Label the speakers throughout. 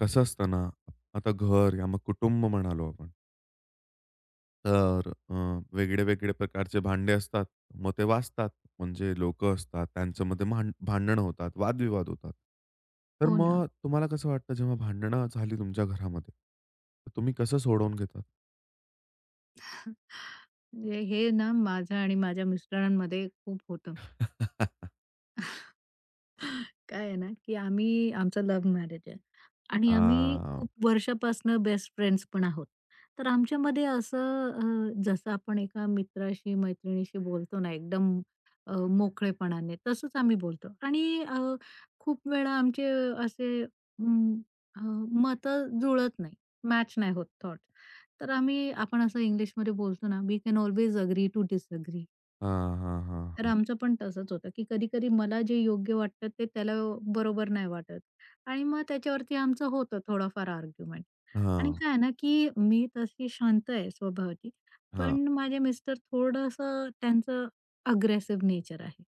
Speaker 1: कसं असतं ना, आता घर या मग कुटुंब म्हणालो आपण. तर वेगळे-वेगळे प्रकारचे भांडे असतात. मग ते वाजतात. म्हणजे लोकं असतात. त्यांच्यामध्ये भांडणं होतात, वादविवाद होतात. तर
Speaker 2: हो ना.
Speaker 1: मग तुम्हाला कसं वाटतं जेव्हा भांडणं झाली तुमच्या घरामध्ये, तर तुम्ही कसं सोडवून घेतात?
Speaker 2: म्हणजे हे ना माझं आणि माझ्या मिस्टरांमध्ये खूप होतं. काय आहे ना, की आम्ही आमचं लव्ह मॅरेज आहे आणि आम्ही
Speaker 1: हां.
Speaker 2: खूप वर्षापासनं बेस्ट फ्रेंड्स पण आहोत. तर आमच्यामध्ये असं जसं आपण एका मित्राशी, मैत्रिणीशी बोलतो ना एकदम मोकळेपणाने तसंच आम्ही बोलतो आणि खूप वेळा आमचे असे अ, मतं जुळत नाही, मॅच नाही होत थॉट. तर आम्ही आपण असं इंग्लिशमध्ये बोलतो ना, "we can always agree to disagree."
Speaker 1: हां, हां, हां,
Speaker 2: तर
Speaker 1: हां.
Speaker 2: आमचं पण तसंच होतं, की कधी-कधी मला जे योग्य वाटतं ते त्याला बरोबर नाही वाटत आणि मग त्याच्यावरती आमचं होतं थोडाफार आर्ग्युमेंट. आणि
Speaker 1: हां,
Speaker 2: काय आहे ना, की मी तशी शांत आहे स्वभावाची,
Speaker 1: हां. हां,
Speaker 2: पण माझे मिस्टर थोडंसं त्यांचं अग्रेसिव्ह नेचर आहे.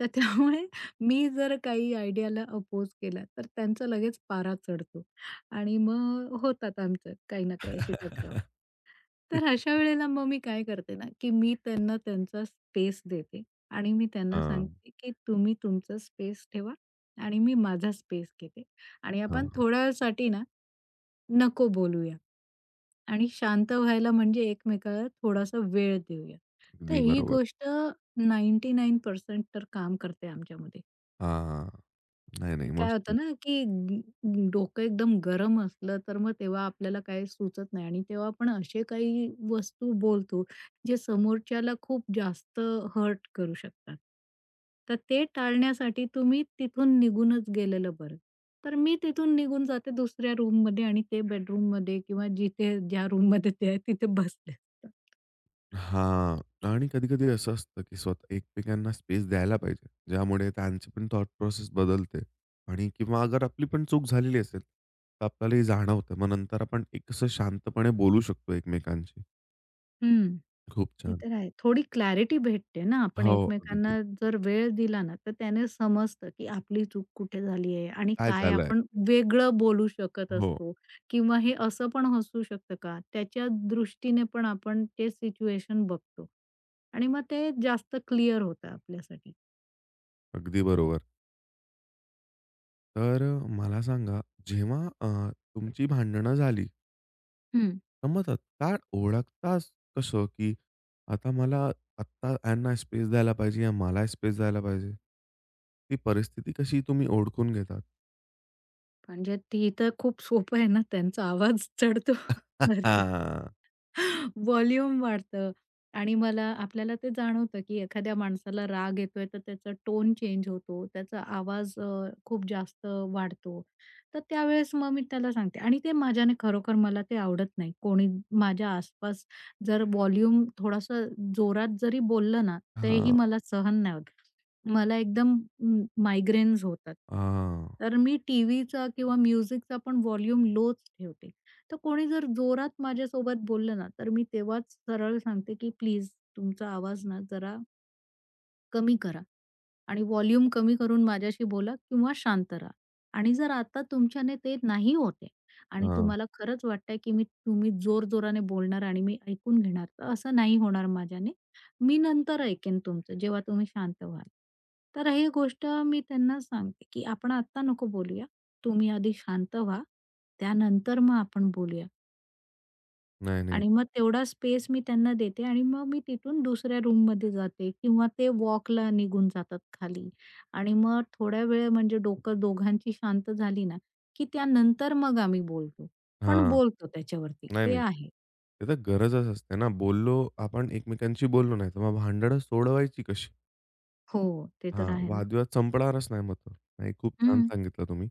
Speaker 2: तर त्यामुळे मी जर काही आयडियाला अपोज केला, तर त्यांचा लगेच पारा चढतो आणि मग होतात आमच्यात काही ना काही अशी टकराव.
Speaker 1: हां.
Speaker 2: तर अशा वेळेला मग मी काय करते ना, की मी त्यांना त्यांचा स्पेस देते आणि मी त्यांना सांगते, की तुम्ही तुमचा स्पेस ठेवा आणि मी माझा स्पेस घेते आणि आपण थोड्यासाठी ना, नको बोलूया आणि शांत व्हायला म्हणजे एकमेकाला थोडासा वेळ देऊया. तर
Speaker 1: अगदी
Speaker 2: ही
Speaker 1: बरोबर.
Speaker 2: गोष्ट 99% तर काम करते आमच्यामध्ये.
Speaker 1: हां. नाही, नाही.
Speaker 2: काय
Speaker 1: मस्त.
Speaker 2: होतं ना, की ग डोकं एकदम गरम असलं, तर मग तेव्हा आपल्याला काही सुचत नाही आणि तेव्हा आपण असे काही वस्तू बोलतो, जे समोरच्याला खूप जास्त हर्ट करू शकतात. तर ते टाळण्यासाठी तुम्ही तिथून निघूनच गेलेलं बरं. तर मी तिथून निघून जाते दुसऱ्या रूममध्ये आणि ते बेडरूममध्ये किंवा जिथे ज्या रूममध्ये ते आहे तिथे बसले असतात.
Speaker 1: हां. आणि कधी-कधी असं असतं, की स्वतः एकमेकांना स्पेस द्यायला पाहिजे. ज्यामुळे त्यांची पण थॉट प्रोसेस बदलते आणि किंवा अगर आपली पण चूक झालेली असेल, तर आपल्याला हे जाणवतं. मग नंतर आपण एक असं शांतपणे बोलू शकतो एकमेकांशी.
Speaker 2: हं.
Speaker 1: खूप
Speaker 2: ते
Speaker 1: छान.
Speaker 2: तर आहे. थोडी क्लॅरिटी भेटते ना, आपण
Speaker 1: हो,
Speaker 2: एकमेकांना
Speaker 1: अगदी.
Speaker 2: जर वेळ दिला ना, तर त्याने समजतं, की आपली चूक कुठे झाली आहे आणि
Speaker 1: काय
Speaker 2: काय
Speaker 1: झालंय?
Speaker 2: आपण वेगळं बोलू शकत
Speaker 1: हो,
Speaker 2: असतो किंवा हे असं पण असू शकतं का? त्याच्या दृष्टीने पण आपण ते सिच्युएशन बघतो आणि मग ते जास्त क्लिअर होतं आपल्यासाठी.
Speaker 1: अगदी बरोबर. तर मला सांगा, जेव्हा तुमची भांडणं झाली
Speaker 2: हं.
Speaker 1: समजतात. का ओळखताच कसं, की आता मला आत्ता ह्यांना स्पेस द्यायला पाहिजे या मला स्पेस द्यायला पाहिजे? ती परिस्थिती कशी तुम्ही ओळखून घेतात?
Speaker 2: म्हणजे ती तर खूप सोपं आहे ना, त्यांचा आवाज चढतो वरती. व्हॉल्यूम वाढतं आणि मला आपल्याला ते जाणवतं, की एखाद्या माणसाला राग येतोय, तर त्याचा टोन चेंज होतो, त्याचा आवाज खूप जास्त वाढतो. तर त्यावेळेस मग मी त्याला सांगते आणि ते माझ्याने खरोखर मला ते आवडत नाही. कोणी माझ्या आसपास जर व्हॉल्यूम थोडासा जोरात जरी बोललं ना,
Speaker 1: हां, हां,
Speaker 2: तेही
Speaker 1: हां.
Speaker 2: मला सहन नाही होत. मला एकदम मायग्रेन्स होतात. तर मी टीव्हीचा किंवा म्युझिकचा पण व्हॉल्यूम लोच ठेवते. तर कोणी जर जोरात माझ्यासोबत बोललं ना, तर मी तेव्हाच सरळ सांगते, की "प्लीज तुमचा आवाज ना जरा कमी करा." आणि व्हॉल्यूम कमी करून माझ्याशी बोला किंवा शांत राहा. आणि जर आता तुमच्याने ते नाही होत आहे आणि
Speaker 1: हां.
Speaker 2: तुम्हाला खरंच वाटतंय, की मी तुम्ही जोरजोराने बोलणार आणि मी ऐकून घेणार, तर असं नाही होणार माझ्याने. मी नंतर ऐकेन तुमचं जेव्हा तुम्ही शांत व्हाल. तर हे गोष्ट मी त्यांना सांगते, की आपण आत्ता नको बोलूया. तुम्ही आधी शांत व्हा. त्यानंतर मग आपण बोलूया.
Speaker 1: नाही, नाही.
Speaker 2: आणि मग तेवढा स्पेस मी त्यांना देते आणि मग मी तिथून दुसऱ्या रूममध्ये जाते किंवा ते वॉकला निघून जातात खाली आणि मग थोड्या वेळ म्हणजे डोकं दोघांची शांत झाली ना, की त्यानंतर मग आम्ही बोलतो. पण
Speaker 1: हां.
Speaker 2: बोलतो त्याच्यावरती.
Speaker 1: नाही,
Speaker 2: ते
Speaker 1: नाही.
Speaker 2: आहे.
Speaker 1: ते तर गरजच असते ना. आपण एकमेकांशी बोललो नाही, तर मग भांडणं सोडवायची कशी?
Speaker 2: हो, ते तर
Speaker 1: हां,
Speaker 2: आहे ना.
Speaker 1: वादविवाद संपणारच नाही मग तो. नाही, खूप छान
Speaker 2: हं.
Speaker 1: सांगितलं तुम्ही.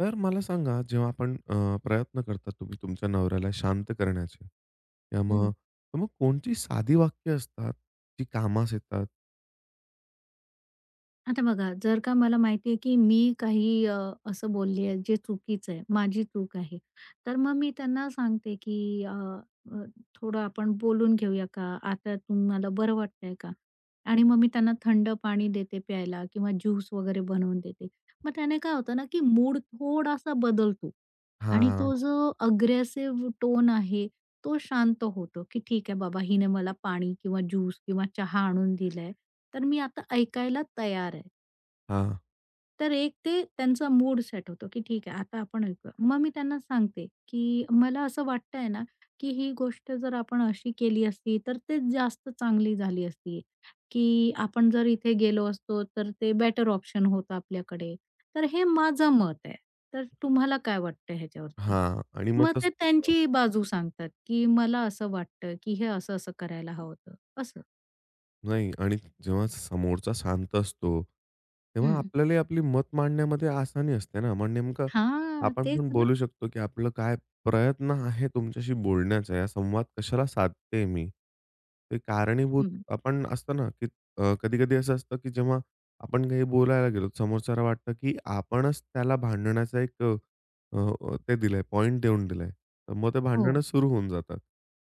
Speaker 1: तर मला सांगा, जेव्हा आपण प्रयत्न करतात तुम्ही तुमच्या नवऱ्याला शांत करण्याचे, तर मग तर मग कोणती साधी वाक्य असतात, जी कामास येतात?
Speaker 2: आता बघा, जर का मला माहिती आहे, की मी काही असं बोलली आहे जे चुकीचं आहे, माझी चूक आहे. तर मग मी त्यांना सांगते, की अ, अ, "थोडं आपण बोलून घेऊया का? आता तुम्हाला बरं वाटतंय का?" आणि मग मी त्यांना थंड पाणी देते प्यायला किंवा ज्यूस वगैरे बनवून देते. मग त्याने काय होतं ना, की मूड थोडासा बदलतो आणि
Speaker 1: हां,
Speaker 2: तो जो अग्रेसिव्ह टोन आहे तो शांत होतो, की ठीक आहे बाबा हिने मला पाणी किंवा ज्यूस किंवा चहा आणून दिलाय, तर मी आता ऐकायला तयार आहे.
Speaker 1: हां,
Speaker 2: तर एक ते त्यांचा मूड सेट होतो, की ठीक आहे आता आपण ऐकूया. मग मी त्यांना सांगते, की मला असं वाटतंय ना, की ही गोष्ट जर आपण अशी केली असती, तर ते जास्त चांगली झाली असती, की आपण जर इथे गेलो असतो, तर ते बेटर ऑप्शन होतं आपल्याकडे. तर हे माझं मत आहे. तर तुम्हाला काय वाटतं ह्याच्यावरती?
Speaker 1: हां आणि मग
Speaker 2: मग ते
Speaker 1: तसं
Speaker 2: त्यांची बाजू सांगतात, की मला असं वाटतं, की हे असं-असं करायला हवं होतं, असं.
Speaker 1: नाही आणि जेव्हा समोरचा शांत असतो, तेव्हा
Speaker 2: हं.
Speaker 1: आपल्यालाही आपली मत मांडण्यामध्ये आसानी असते ना. मग नेमकं
Speaker 2: हां,
Speaker 1: आपण
Speaker 2: तेच
Speaker 1: पण
Speaker 2: ना.
Speaker 1: बोलू शकतो, की आपलं काय प्रयत्न आहे तुमच्याशी बोलण्याचा, या संवाद कशाला साधते मी? ते कारणीभूत
Speaker 2: हं.
Speaker 1: आपण असतं ना, की कधी-कधी असं असतं, की जेव्हा आपण काही बोलायला गेलो, समोरच्याला वाटतं, की आपणच त्याला भांडण्याचा एक अ, अ, ते दिलंय, पॉइंट देऊन दिलाय. तर मग ते
Speaker 2: हो,
Speaker 1: भांडणं सुरू होऊन जातात.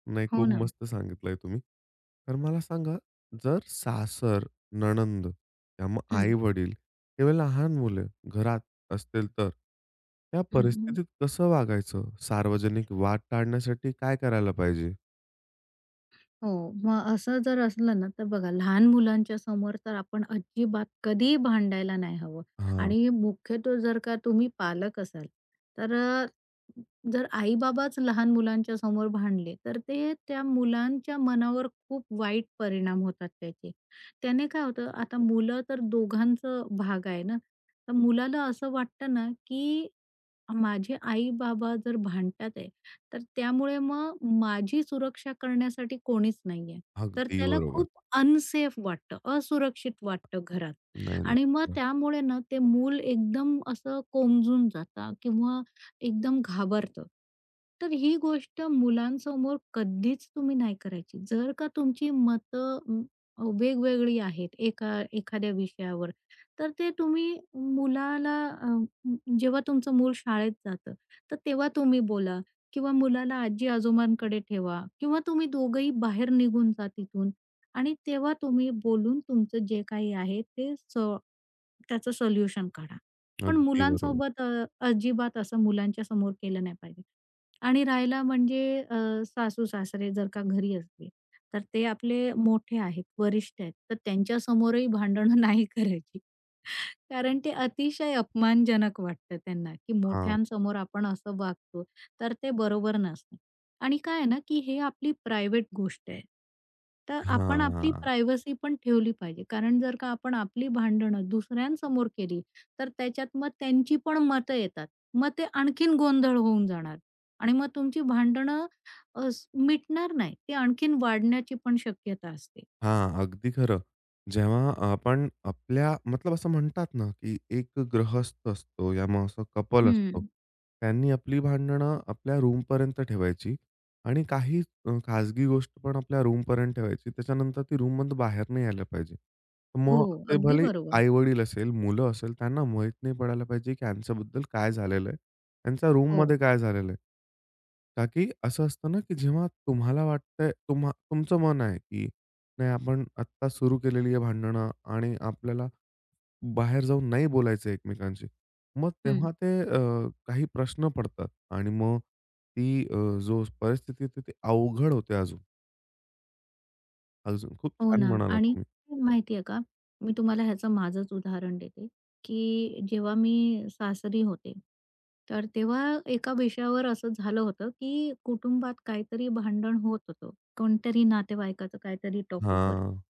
Speaker 1: नाही,
Speaker 2: हो
Speaker 1: खूप
Speaker 2: ना.
Speaker 1: मस्त सांगितलंय तुम्ही. तर मला सांगा जर सासर, नणंद किंवा
Speaker 2: हं,
Speaker 1: आई-वडील किंवा लहान मुलं घरात असतील तर, त्या
Speaker 2: हं,
Speaker 1: परिस्थितीत कसं वागायचं? सार्वजनिक वाद टाळण्यासाठी काय करायला पाहिजे?
Speaker 2: हो, मग असं जर असलं ना, तर बघा लहान मुलांच्या समोर तर आपण अजिबात कधीही भांडायला नाही हवं
Speaker 1: हां,
Speaker 2: आणि मुख्यत्वे जर का तुम्ही पालक असाल, तर जर आई-बाबाच लहान मुलांच्या समोर भांडले, तर ते त्या मुलांच्या मनावर खूप वाईट परिणाम होतात त्याचे. त्याने काय होतं, आता मुलं तर दोघांचं भाग आहे ना, तर मुलाला असं वाटतं ना, की माझे आई-बाबा जर भांडतात तर त्यामुळे मग माझी सुरक्षा करण्यासाठी कोणीच नाहीये. तर
Speaker 1: अगदी
Speaker 2: त्याला
Speaker 1: बरोबर.
Speaker 2: खूप अनसेफ वाटतं, असुरक्षित वाटतं घरात
Speaker 1: नाही, नाही.
Speaker 2: आणि मग त्यामुळे ना ते मूल एकदम असं कोमजून जातं किंवा एकदम घाबरतं. तर ही गोष्ट मुलांसमोर कधीच तुम्ही नाही करायची. जर का तुमची मतं वेगवेगळी आहेत एका एखाद्या विषयावर, तर ते तुम्ही मुलाला अ, म, जेव्हा तुमचं मूल शाळेत जातं, तर तेव्हा तुम्ही बोला किंवा मुलाला आजी-आजोबांकडे ठेवा किंवा तुम्ही दोघंही बाहेर निघून जा तिथून आणि तेव्हा तुम्ही बोलून तुमचं जे काही आहे ते त्याचं सोल्युशन काढा. पण
Speaker 1: अगदी बरोबर.
Speaker 2: मुलांसोबत अजिबात असं मुलांच्या समोर केलं नाही पाहिजे. आणि राहायला म्हणजे सासू-सासरे जर का घरी असले, तर ते आपले मोठे आहेत, वरिष्ठ आहेत, तर त्यांच्यासमोरही भांडणं नाही करायची. कारण ते अतिशय अपमानजनक वाटतं त्यांना, की
Speaker 1: हां,
Speaker 2: मोठ्यांसमोर आपण असं वागतो, तर ते बरोबर नसतं. आणि काय आहे ना, की हे आपली प्रायव्हेट गोष्ट आहे. तर आपण आपली
Speaker 1: हां.
Speaker 2: प्रायव्हसी पण ठेवली पाहिजे. कारण जर का आपण आपली भांडणं दुसऱ्यांसमोर केली, तर त्याच्यात मग त्यांची पण मतं येतात. मग ते आणखीन गोंधळ होऊन जाणार आणि मग तुमची भांडणं अ, स मिटणार नाही. ते आणखीन वाढण्याची पण शक्यता असते.
Speaker 1: हां, अगदी खरं. जेव्हा आपण आपल्या मतलब असं म्हणतात ना, की एक गृहस्थ असतो या मग असं कपल असतो.
Speaker 2: हं.
Speaker 1: त्यांनी आपली भांडणं आपल्या रूमपर्यंत ठेवायची आणि काही खाजगी गोष्ट पण आपल्या रूमपर्यंत ठेवायची. त्याच्यानंतर ती रूममधून बाहेर नाही यायला पाहिजे.
Speaker 2: हो,
Speaker 1: मग ते
Speaker 2: अगदी
Speaker 1: भले
Speaker 2: बरोबर.
Speaker 1: आई-वडील असेल, मुलं असेल, त्यांना माहीत नाही पडायला पाहिजे, की यांच्याबद्दल काय झालेलं आहे? त्यांच्या
Speaker 2: हो.
Speaker 1: रूममध्ये काय झालेलं आहे? का की असं असतं ना, की जेव्हा तुम्हाला वाटतंय तुमचं मन आहे, की नाही, आपण आत्ता सुरू केलेली आहे भांडणं आणि आपल्याला बाहेर जाऊन नाही बोलायचं आहे एकमेकांशी. मग
Speaker 2: हं.
Speaker 1: तेव्हा ते काही प्रश्न पडतात आणि मग ती जो परिस्थिती होती ती अवघड होते अजून. अजून खूप
Speaker 2: हो
Speaker 1: छान
Speaker 2: ना.
Speaker 1: म्हणालात
Speaker 2: आणि
Speaker 1: तुम्ही.
Speaker 2: माहिती का, मी तुम्हाला ह्याचं माझंच उदाहरण देते, की जेव्हा मी सासरी होते, तर तेव्हा एका विषयावर असं झालं होतं, की कुटुंबात काहीतरी भांडण होत होतं. कोणतरी नातेवाईकाचं काहीतरी टॉपिकवरती.
Speaker 1: हां,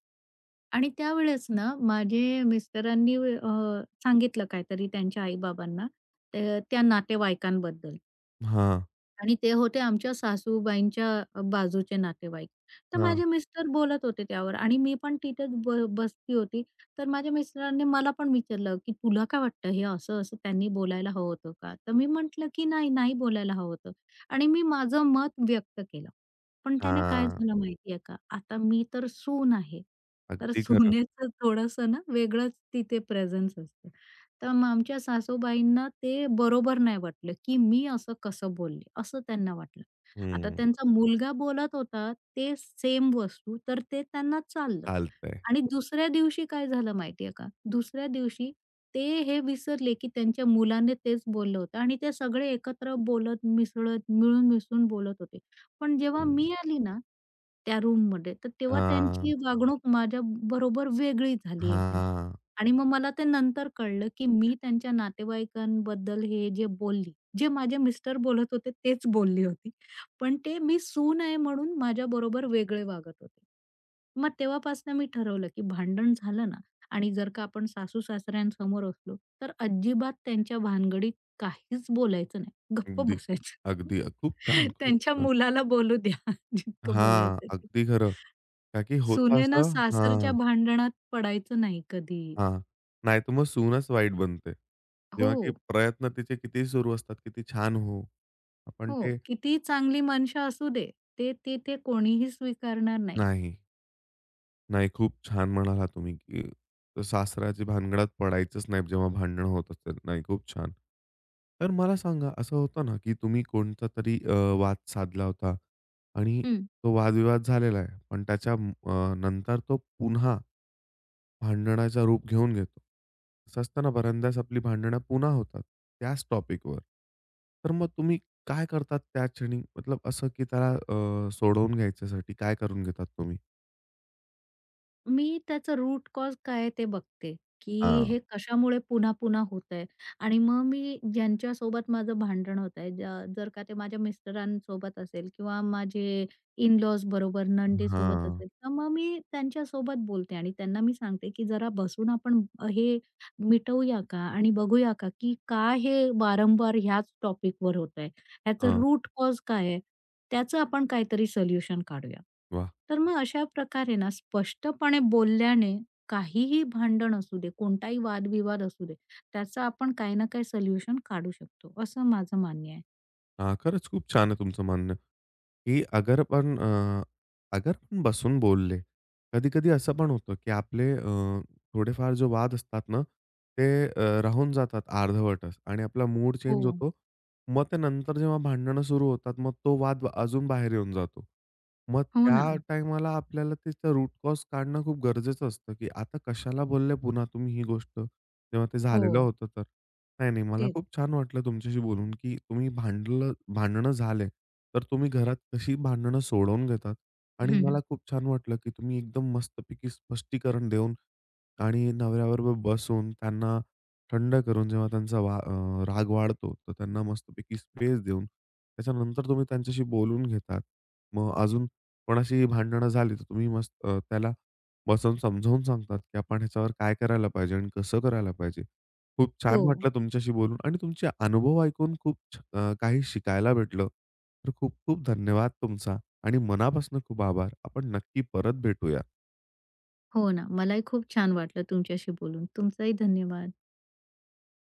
Speaker 2: आणि त्यावेळेस ना माझे मिस्टरांनी सांगितलं काहीतरी त्यांच्या आई-बाबांना, त्या नातेवाईकांबद्दल.
Speaker 1: हां,
Speaker 2: आणि ते होते आमच्या सासूबाईंच्या बाजूचे नातेवाईक. तर
Speaker 1: हां,
Speaker 2: माझे मिस्टर बोलत होते त्यावर आणि मी पण तिथेच बसली होती. तर माझ्या मिस्टरांनी मला पण विचारलं, की "तुला काय वाटतं हे असं-असं त्यांनी बोलायला हवं होतं का?" तर मी म्हटलं, की "नाही, नाही बोलायला हवं होतं." आणि मी माझं मत व्यक्त केलं. पण त्याने काय
Speaker 1: हां.
Speaker 2: झालं माहिती आहे का? आता मी तर सून आहे. तर
Speaker 1: अगदी खरं.
Speaker 2: सुनेचं थोडंसं ना वेगळंच तिथे प्रेझेन्स असतं. तर मग आमच्या सासूबाईंना ते बरोबर नाही वाटलं, की मी असं कसं बोलले, असं त्यांना वाटलं. आता
Speaker 1: हं.
Speaker 2: त्यांचा मुलगा बोलत होता ते सेम वस्तू, तर ते त्यांना चाललं.
Speaker 1: चालतंय.
Speaker 2: आणि दुसऱ्या दिवशी काय झालं माहितीये का? दुसऱ्या दिवशी ते हे विसरले, की त्यांच्या मुलाने तेच बोललं होतं आणि ते सगळे एकत्र बोलत, मिसळत, मिळून मिसळून बोलत होते. पण जेव्हा मी
Speaker 1: हं.
Speaker 2: आली ना, त्या रूममध्ये, तर तेव्हा
Speaker 1: हां,
Speaker 2: त्यांची वागणूक माझ्याबरोबर वेगळी झाली एकदम.
Speaker 1: हां.
Speaker 2: आणि मग मला ते नंतर कळलं, की मी त्यांच्या नातेवाईकांबद्दल हे जे बोलली, जे माझे मिस्टर बोलत होते तेच बोलली होती. पण ते मी सून आहे म्हणून माझ्या बरोबर वेगळे वागत होते. मग तेव्हापासनं मी ठरवलं, की भांडण झालं ना आणि जर का आपण सासू-सासऱ्यांसमोर असलो, तर अजिबात त्यांच्या भानगडीत काहीच बोलायचं नाही. गप्प
Speaker 1: अगदी,
Speaker 2: बसायचं.
Speaker 1: अगदी. खूप छान, खूप
Speaker 2: त्यांच्या
Speaker 1: छान.
Speaker 2: मुलाला बोलू द्या जितकं
Speaker 1: हां,
Speaker 2: बोलायचं ते.
Speaker 1: अगदी खरं. का की होतं
Speaker 2: सुनेनं
Speaker 1: असं
Speaker 2: सासरच्या
Speaker 1: हां.
Speaker 2: भांडणात पडायचं नाही कधी.
Speaker 1: हां. नाही तर मग सूनच वाईट बनते.
Speaker 2: हो,
Speaker 1: जेव्हा की प्रयत्न तिचे कितीही सुरू असतात, किती छान हो. आपण
Speaker 2: हो.
Speaker 1: ते
Speaker 2: कितीही चांगली मनशा असू दे, ते ते ते कोणीही स्वीकारणार नाही.
Speaker 1: नाही, नाही खूप छान म्हणालात तुम्ही, की सासराच्या भानगडात पडायचंच नाही जेव्हा भांडण होत असेल. नाही खूप छान. तर मला सांगा असं होतं ना, की तुम्ही कोणता तरी वाद साधला होता आणि
Speaker 2: हं.
Speaker 1: तो वादविवाद झालेला आहे. पण त्याच्या नंतर तो पुन्हा भांडणाचा रूप घेऊन घेतो. असं असतं ना बऱ्याचदा आपली भांडणं पुन्हा होतात त्याच टॉपिकवर. तर मग तुम्ही काय करतात त्या क्षणी? मतलब असं की त्याला सोडवून घ्यायच्यासाठी काय करून घेतात तुम्ही?
Speaker 2: मी त्याचं रूट कॉज काय आहे ते बघते, की
Speaker 1: हां.
Speaker 2: हे हं. कशामुळे पुन्हा-पुन्हा होतंय आणि मग मी ज्यांच्यासोबत माझं भांडण होतंय, जर का ते माझ्या मिस्टरांसोबत असेल किंवा माझे इन-लॉज बरोबर, नणंदेसोबत
Speaker 1: हां,
Speaker 2: असेल, तर मग मी त्यांच्यासोबत बोलते आणि त्यांना मी सांगते, की "जरा बसून आपण हे मिटवूया का? आणि बघूया का, की का हे वारंवार ह्याच टॉपिकवर होतंय? ह्याचं
Speaker 1: हां.
Speaker 2: रूट कॉज काय आहे?" त्याचं आपण काहीतरी सोल्युशन काढूया.
Speaker 1: वाह!
Speaker 2: तर मग अशा प्रकारे ना स्पष्टपणे बोलल्याने काहीही भांडण असू दे, कोणताही वादविवाद असू दे, त्याचं आपण काही ना काही सोल्युशन काढू शकतो, असं माझं मान्य आहे.
Speaker 1: हां, खरंच खूप छान आहे तुमचं म्हणणं. की अगर आपण अगर आपण बसून बोलले, कधी-कधी असं पण होतं की आपले थोडेफार जो वाद असतात ना, ते राहून जातात अर्धवटच आणि आपला मूड
Speaker 2: हो.
Speaker 1: चेंज होतो. मग ते नंतर जेव्हा भांडणं सुरू होतात, मग तो वाद अजून बाहेर येऊन जातो. मग
Speaker 2: हो ना.
Speaker 1: त्या टाईमाला आपल्याला त्याचं रूट कॉज काढणं खूप गरजेचं असतं, की आता कशाला बोलले पुन्हा तुम्ही ही गोष्ट, जेव्हा ते
Speaker 2: हो,
Speaker 1: झालेलं होतं तर? नाही, नाही. मला
Speaker 2: तेच.
Speaker 1: खूप छान वाटलं तुमच्याशी बोलून, की तुम्ही भांडणं झाले, तर तुम्ही घरात कशी भांडणं सोडवून घेतात आणि मला खूप छान वाटलं, की तुम्ही एकदम मस्तपैकी स्पष्टीकरण देऊन आणि नवऱ्याबरोबर बसून त्यांना थंड करून जेव्हा त्यांचा राग वाढतो, तर त्यांना मस्तपैकी स्पेस देऊन त्याच्यानंतर तुम्ही त्यांच्याशी बोलून घेतात. मग अजून कोणाशी भांडणं झाली, तर तुम्ही मस्त त्याला बसून समजावून सांगतात, की आपण ह्याच्यावर काय करायला पाहिजे आणि कसं करायला पाहिजे. खूप
Speaker 2: हो,
Speaker 1: छान वाटलं तुमच्याशी बोलून आणि तुमचे अनुभव ऐकून खूप काही शिकायला भेटलं. तर खूप खूप धन्यवाद तुमचा आणि मनापासून खूप आभार. आपण नक्की परत भेटूया.
Speaker 2: हो ना. मलाही खूप छान वाटलं तुमच्याशी बोलून. तुमचाही धन्यवाद.